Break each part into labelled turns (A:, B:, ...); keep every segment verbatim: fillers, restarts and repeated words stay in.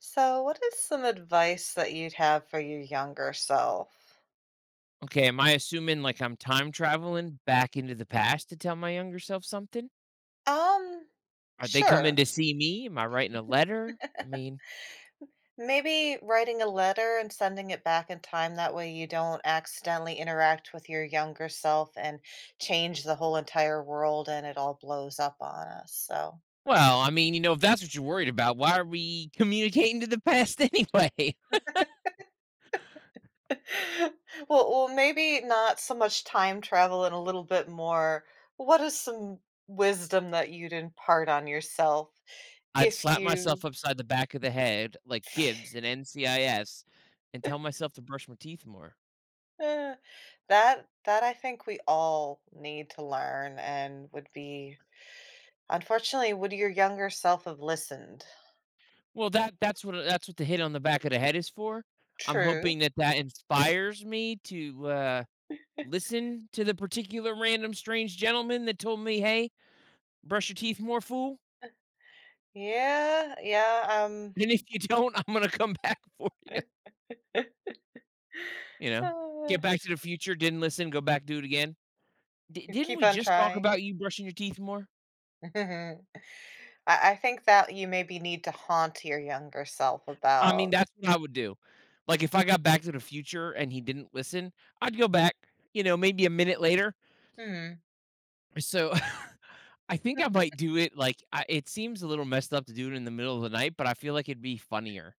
A: So, what is some advice that you'd have for your younger self?
B: Okay, am I assuming like I'm time traveling back into the past to tell my younger self something?
A: Um,
B: Are they coming
A: sure.
B: to see me? Am I writing a letter? I mean,
A: Maybe writing a letter and sending it back in time. That way, you don't accidentally interact with your younger self and change the whole entire world and it all blows up on us. So,
B: well, I mean, you know, if that's what you're worried about, why are we communicating to the past anyway?
A: well, well, maybe not so much time travel and a little bit more. What is some wisdom that you'd impart on yourself
B: I'd
A: if
B: slap
A: you
B: myself upside the back of the head like Gibbs in N C I S and tell myself to brush my teeth more.
A: Eh, that that I think, we all need to learn and would be unfortunately, would your younger self have listened?
B: Well, that that's what that's what the hit on the back of the head is for. I'm
A: True.
B: hoping that that inspires me to uh listen to the particular random strange gentleman that told me, "Hey, brush your teeth more, fool."
A: Yeah, yeah, um,
B: And if you don't, I'm gonna come back for you. You know,
A: uh,
B: get back to the future. Didn't listen. Go back. Do it again. D- didn't
A: Keep
B: we
A: on
B: just talk
A: trying.
B: about you brushing your teeth more?
A: I I think that you maybe need to haunt your younger self
B: I mean,
A: about,
B: that's what I would do. Like if I got back to the future and he didn't listen, I'd go back. You know, maybe a minute later.
A: "Hmm,
B: So. I think I might do it. Like, I, it seems a little messed up to do it in the middle of the night, but I feel like it'd be funnier.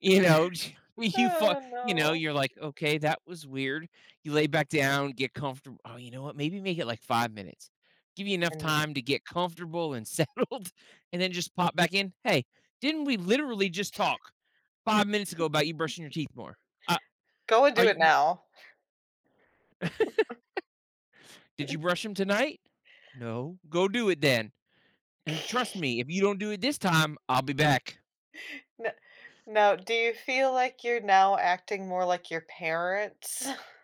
B: You know, you fa
A: oh,
B: you know,
A: no,"
B: you're like, "Okay, that was weird." You lay back down, get comfortable. Oh, you know what? Maybe make it like five minutes. Give you enough
A: and
B: time to get comfortable and settled, and then just pop back in. "Hey, didn't we literally just talk five minutes ago about you brushing your teeth more? Uh,
A: go and
B: are
A: do
B: you
A: it
B: w
A: now.
B: did you brush them tonight?" "No." "Go do it then, and trust me, if you don't do it this time, I'll be back."
A: No, now, do you feel like you're now acting more like your parents?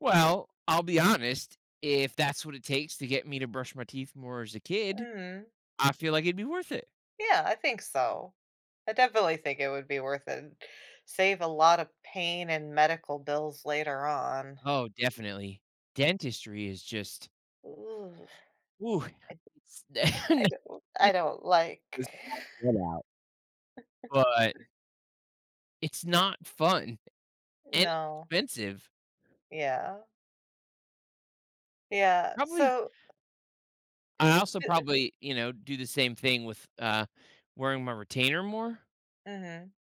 B: Well, I'll be honest, if that's what it takes to get me to brush my teeth more as a kid,
A: Hmm.
B: I feel like it'd be worth it.
A: Yeah, I think so. I definitely think it would be worth it. Save a lot of pain and medical bills later on.
B: Oh, definitely. Dentistry is just
A: Ooh.
B: ooh,
A: I,
B: it's
A: I don't I
B: it
A: don't
B: was
A: like
B: all out, but it's not fun and it's
A: no.
B: expensive.
A: Yeah. Yeah.
B: Probably
A: So
B: I also probably, you know, do the same thing with, uh, wearing my retainer more.
A: hmm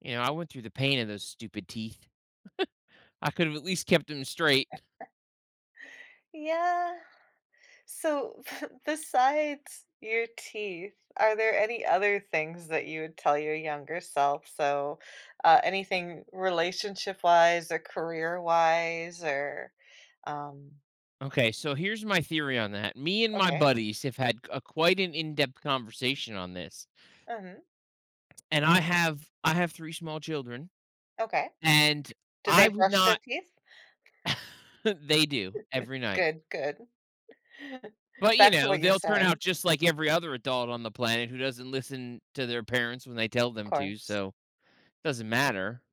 B: You know, I went through the pain of those stupid teeth. I could have at least kept them straight.
A: yeah. So besides your teeth, are there any other things that you would tell your younger self? So uh, anything relationship wise or career wise or um
B: Okay, so here's my theory on that. Me and my
A: okay.
B: buddies have had a quite an in-depth conversation on this,
A: Mhm.
B: and I have I have three small children.
A: Okay.
B: And
A: Do they
B: I would
A: brush their
B: not
A: teeth?
B: they do every night.
A: Good, good.
B: But, you
A: Back to
B: know,
A: what you're
B: they'll turn out
A: saying,
B: just like every other adult on the planet who doesn't listen to their parents when they tell
A: of
B: them to,
A: course.
B: so doesn't matter.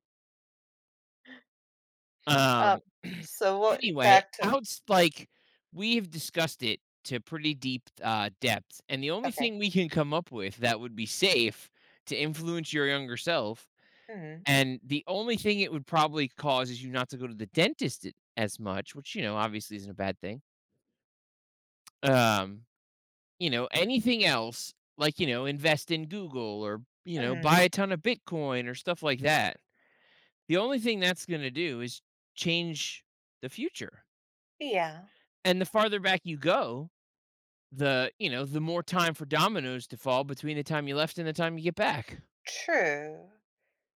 A: Um,
B: Um,
A: so what
B: anyway,
A: back to
B: outs like, we've discussed it to pretty deep, uh, depth, and the only
A: okay.
B: thing we can come up with that would be safe to influence your younger self,
A: Mhm,
B: and the only thing it would probably cause is you not to go to the dentist a as much, which, you know, obviously isn't a bad thing. Um, you know, anything else, like, you know, invest in Google or, you know,
A: mhm.
B: buy a ton of Bitcoin or stuff like that. The only thing that's going to do is change the future.
A: Yeah.
B: And the farther back you go, the, you know, the more time for dominoes to fall between the time you left and the time you get back.
A: True,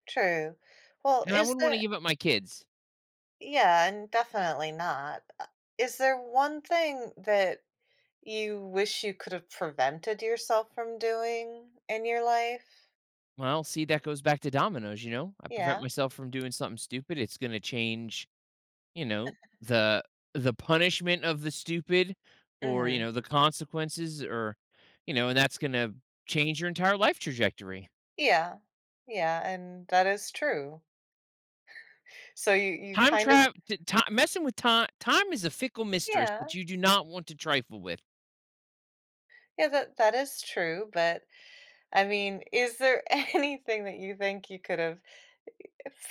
A: true. Well,
B: And I
A: is
B: wouldn't want to
A: there?
B: give up my kids.
A: Yeah, and definitely not. Uh, Is there one thing that you wish you could have prevented yourself from doing in your life?
B: Well, see, that goes back to dominoes, you know? I prevent
A: Yeah.
B: myself from doing something stupid. It's going to change. You know, the the punishment of the stupid or, you
A: Mhm.
B: know, the consequences or, you know, and that's gonna change your entire life trajectory.
A: Yeah. Yeah, and that is true. So you you
B: Time
A: kind of
B: trav Messing with time time is a fickle mistress
A: yeah.
B: that you do not want to trifle with.
A: Yeah, that that is true, but, I mean, is there anything that you think you could have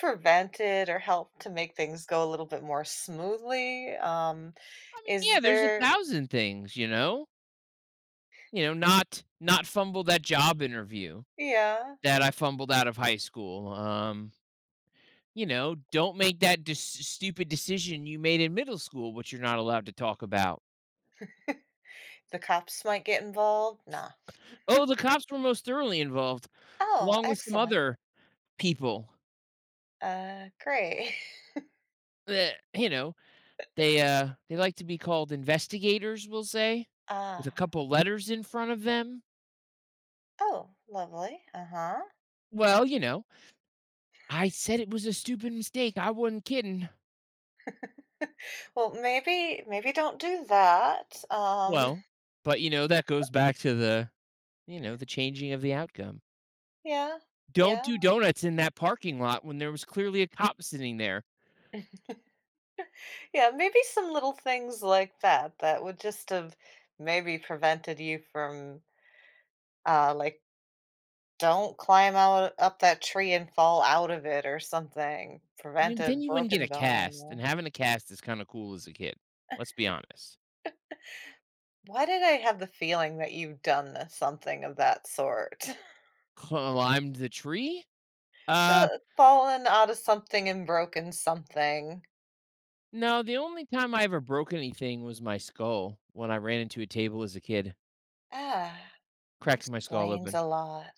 A: prevented or helped to make things go a little bit more smoothly? Um,
B: I mean,
A: is
B: yeah, there's a
A: there
B: thousand things, you know? You know, not not fumble that job interview
A: Yeah.
B: that I fumbled out of high school. Um, you know, don't make that dec stupid decision you made in middle school, which you're not allowed to talk about.
A: The cops might get involved? Nah.
B: Oh, the cops were most thoroughly involved,
A: Oh,
B: along with some
A: excellent.
B: other people
A: Uh, great.
B: that, you know, they, uh, they like to be called investigators, we'll say, with a
A: Ah.
B: couple letters in front of them.
A: Oh, lovely. Uh-huh.
B: Well, you know, I said it was a stupid mistake. I wasn't kidding.
A: Well, maybe maybe don't do that. Um,
B: Well, but, you know, that goes back to the, you know, the changing of the outcome.
A: yeah.
B: Don't
A: Yeah.
B: do donuts in that parking lot when there was clearly a cop sitting there.
A: Yeah, maybe some little things like that that would just have maybe prevented you from uh like don't climb out up that tree and fall out of it or something.
B: I mean,
A: Prevent
B: but then
A: a
B: you wouldn't get
A: broken
B: a
A: bone
B: cast,
A: or
B: and having a cast is kind of cool as a kid. Let's be honest.
A: why did I have the feeling that you've done this- something of that sort?
B: Climbed the tree? Uh,
A: Uh, Fallen out of something and broken something.
B: no, the only time I ever broke anything was my skull when I ran into a table as a kid.
A: Ah,
B: Cracked my skull
A: explains
B: open.
A: a lot.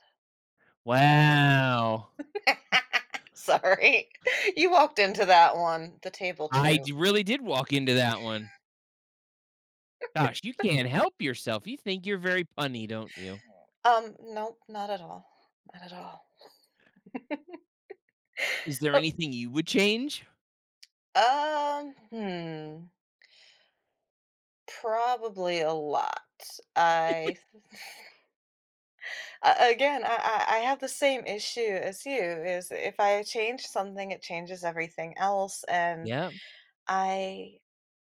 A: No.
B: Wow.
A: Sorry. You walked into that one. The table
B: I
A: too.
B: d- really did walk into that one. Gosh, you can't help yourself. You think you're very punny, don't you?
A: Um, nope, not at all. Not at all.
B: Is there anything you would change?
A: Oh, um, hmm, probably a lot. I a- again, I I I have the same issue as you is if I change something, it changes everything else, and
B: Yeah.
A: I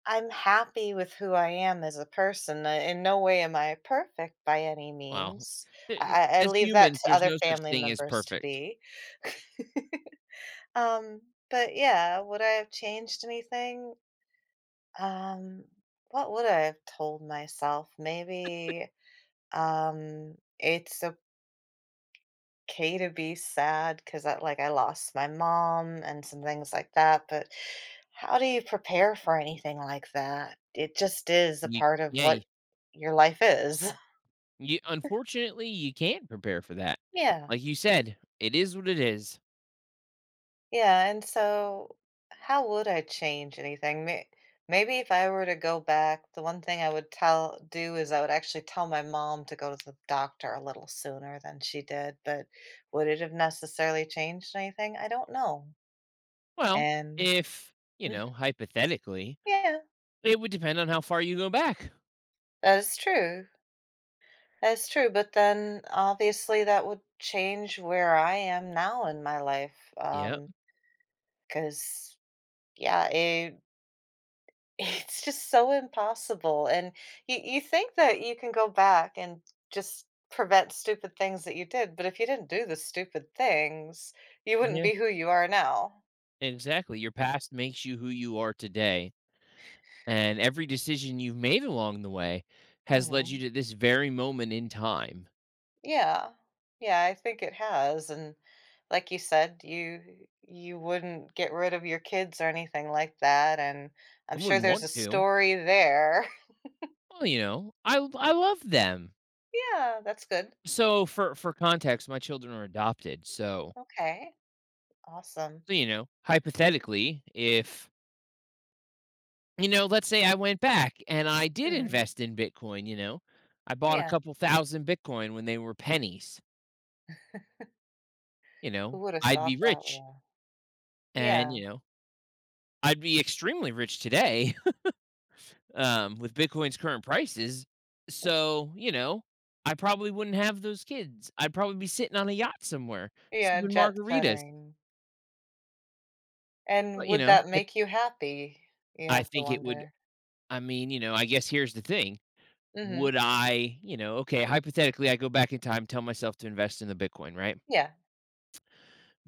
A: I'm happy with who I am as a person. Uh, In no way am I perfect by any
B: Wow.
A: means. I,
B: Th- n-
A: I I
B: As
A: leave that
B: humans,
A: to
B: there's
A: other
B: no such
A: family
B: thing as
A: members to
B: perfect.
A: be. Um, but yeah, would I have changed anything? Um, what would I have told myself? Maybe um it's okay to be sad because I like I lost my mom and some things like that, but how do you prepare for anything like that? It just is a
B: You,
A: part of
B: yeah.
A: what
B: You,
A: your life is.
B: you- unfortunately, you can't prepare for that.
A: Yeah.
B: Like you said, it is what it is.
A: Yeah, and so how would I change anything? May- Maybe if I were to go back, the one thing I would tell do is I would actually tell my mom to go to the doctor a little sooner than she did, but would it have necessarily changed anything? I don't know.
B: Well,
A: And
B: if, you know, hypothetically,
A: yeah,
B: it would depend on how far you go back.
A: that is true. That's true, but then obviously that would change where I am now in my life.
B: Yeah,
A: Um, Because yeah, it it's just so impossible, and you you think that you can go back and just prevent stupid things that you did, but if you didn't do the stupid things, you wouldn't
B: yeah.
A: be who you are now.
B: Exactly. Your past makes you who you are today. And every decision you've made along the way has led you
A: Mhm.
B: to this very moment in time.
A: Yeah. Yeah, I think it has, and like you said, you you wouldn't get rid of your kids or anything like that, and I'm
B: I
A: sure
B: wouldn't
A: there's a
B: want to.
A: story there.
B: Well, you know, I l- I love them.
A: Yeah, that's good.
B: So for for context, my children are adopted. So,
A: Okay. Awesome.
B: so you know, hypothetically, if you know, let's say I went back and I did
A: Mhm.
B: invest in Bitcoin, you know. I bought a
A: Yeah.
B: couple thousand Bitcoin when they were pennies, you
A: Who
B: know.
A: would have
B: I'd be
A: thought that would
B: rich
A: have
B: and,
A: yeah.
B: you know, I'd be extremely rich today, um, with Bitcoin's current prices. So, you know, I probably wouldn't have those kids. I'd probably be sitting on a yacht somewhere,
A: Yeah,
B: sipping
A: jet
B: margaritas.
A: setting. And
B: But, you
A: would
B: know,
A: that
B: that
A: make you happy? You
B: I
A: have to
B: think it would.
A: wonder.
B: I mean, you know, I guess here's the thing. Would
A: Mhm.
B: I, you know, okay, hypothetically I go back in time, tell myself to invest in the Bitcoin, right?
A: Yeah.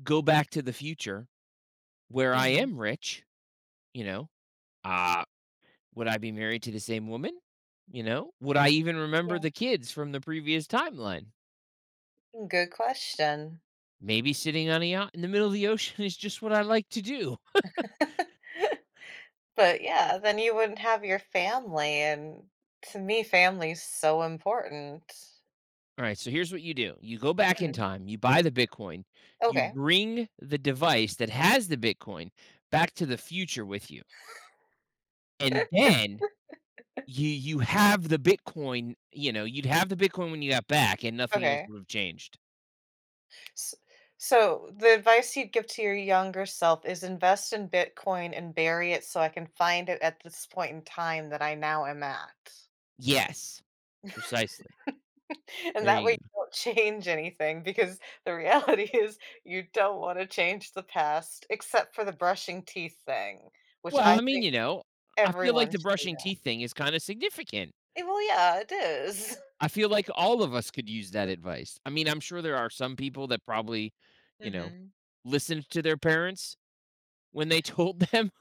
B: Go back to the future where I
A: Mhm.
B: am rich, you know, uh, would I be married to the same woman? You know, would I even remember
A: Yeah.
B: the kids from the previous timeline?
A: Good question.
B: Maybe sitting on a yacht in the middle of the ocean is just what I like to do.
A: But, yeah, then you wouldn't have your family, and to me, family's so important.
B: All right, so here's what you do: you go back in
A: Mm,
B: time, you buy the Bitcoin, you
A: okay.
B: bring the device that has the Bitcoin back to the future with you. And then you you have the Bitcoin, you know, you'd have the Bitcoin when you got back and nothing else
A: Okay.
B: would have changed.
A: S so, the advice you'd give to your younger self is invest in Bitcoin and bury it so I can find it at this point in time that I now am at.
B: Yes. Precisely.
A: And
B: There
A: that way
B: you
A: you
B: go.
A: don't change anything because the reality is you don't want to change the past except for the brushing teeth thing, which
B: Well,
A: I
B: I mean,
A: think
B: you know, I feel
A: everyone
B: like the
A: should do
B: brushing
A: that.
B: teeth thing is kinda significant.
A: Eh, Well, yeah, it is.
B: I feel like all of us could use that advice. I mean, I'm sure there are some people that probably, you know,
A: Mhm.
B: listened to their parents when they told them,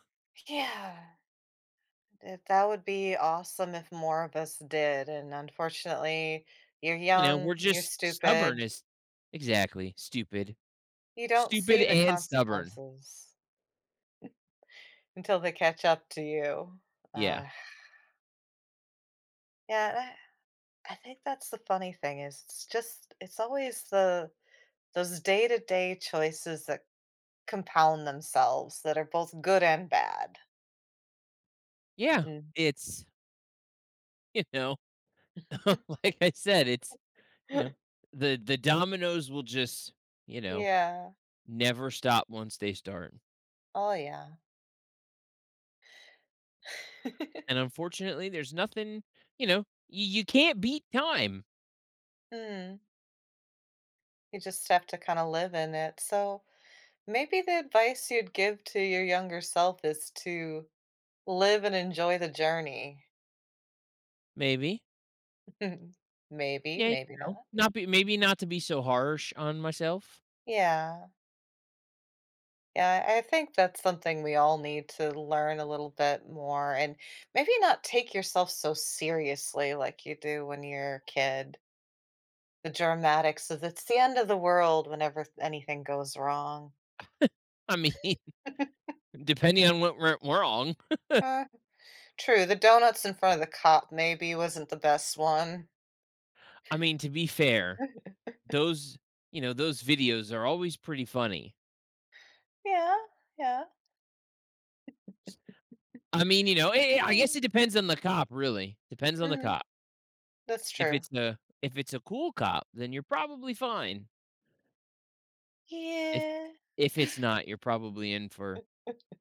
A: Yeah, that that would be awesome if more of us did. And unfortunately, you're
B: you know, we're
A: young, you're
B: just stubborn
A: stupid,
B: as. Exactly. Stupid.
A: you don't
B: Stupid
A: see the
B: and stubborn.
A: consequences until they catch up to you.
B: Yeah.
A: Uh, yeah, I think that's the funny thing is it's just it's always the those day-to-day choices that compound themselves that are both good and bad.
B: Yeah.
A: Mm.
B: It's, you know, like I said, it's, you know, the the dominoes will just, you know,
A: Yeah.
B: never stop once they start.
A: Oh yeah.
B: And unfortunately, there's nothing, you know, you you can't beat time,
A: Mm. You just have to kind of live in it. So maybe the advice you'd give to your younger self is to live and enjoy the journey.
B: maybe.
A: Maybe,
B: Yeah, you
A: maybe
B: know,
A: not.
B: not be maybe not to be so harsh on myself.
A: Yeah. Yeah, I think that's something we all need to learn a little bit more and maybe not take yourself so seriously like you do when you're a kid. The dramatics of it's the end of the world whenever anything goes wrong.
B: I mean, depending on what went wrong.
A: Uh, true, the donuts in front of the cop maybe wasn't the best one.
B: I mean, to be fair, those, you know, those videos are always pretty funny.
A: Yeah, yeah.
B: I mean, you know, eh, I guess
A: mm,
B: it depends on the cop, really. Depends on the
A: Mm-hmm.
B: cop.
A: That's
B: If
A: true.
B: it's a if it's a cool cop, then you're probably fine. If
A: Yeah.
B: if it's not, you're probably in for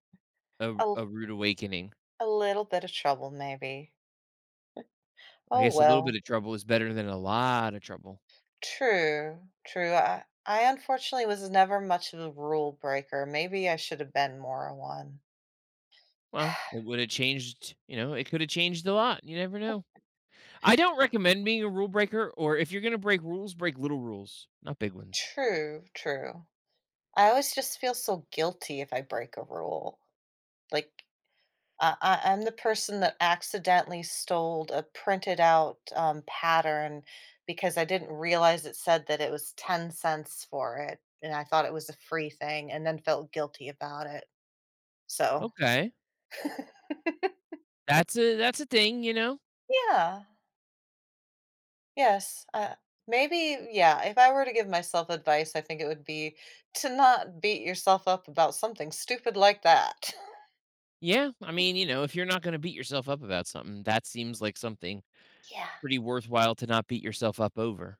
B: a
A: A, l-
B: a rude awakening.
A: a little bit of trouble, maybe.
B: I
A: Oh,
B: guess a little bit
A: well.
B: of trouble is better than a lot of trouble.
A: True, true. I I unfortunately was never much of a rule breaker. Maybe I should have been more one.
B: Well, it would have changed, you know, it could have changed a lot. You never know. I don't recommend being a rule breaker or if you're going to break rules, break little rules, not big ones.
A: True, true. I always just feel so guilty if I break a rule. Like I, I, I'm the person that accidentally stole a printed out um, pattern because I didn't realize it said that it was ten cents for it. And I thought it was a free thing and then felt guilty about it. So,
B: Okay. That's a that's a thing, you know.
A: yeah. Yes, uh, maybe yeah, if I were to give myself advice, I think it would be to not beat yourself up about something stupid like that.
B: Yeah, I mean, you know, if you're not going to beat yourself up about something, that seems like something
A: Yeah.
B: pretty worthwhile to not beat yourself up over.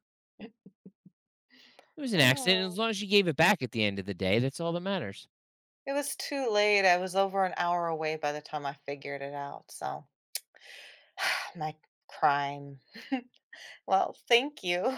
B: It was an accident, and as
A: Oh,
B: long as you gave it back at the end of the day, that's all that matters.
A: it was too late, I was over an hour away by the time I figured it out, so my crime. Well, thank you.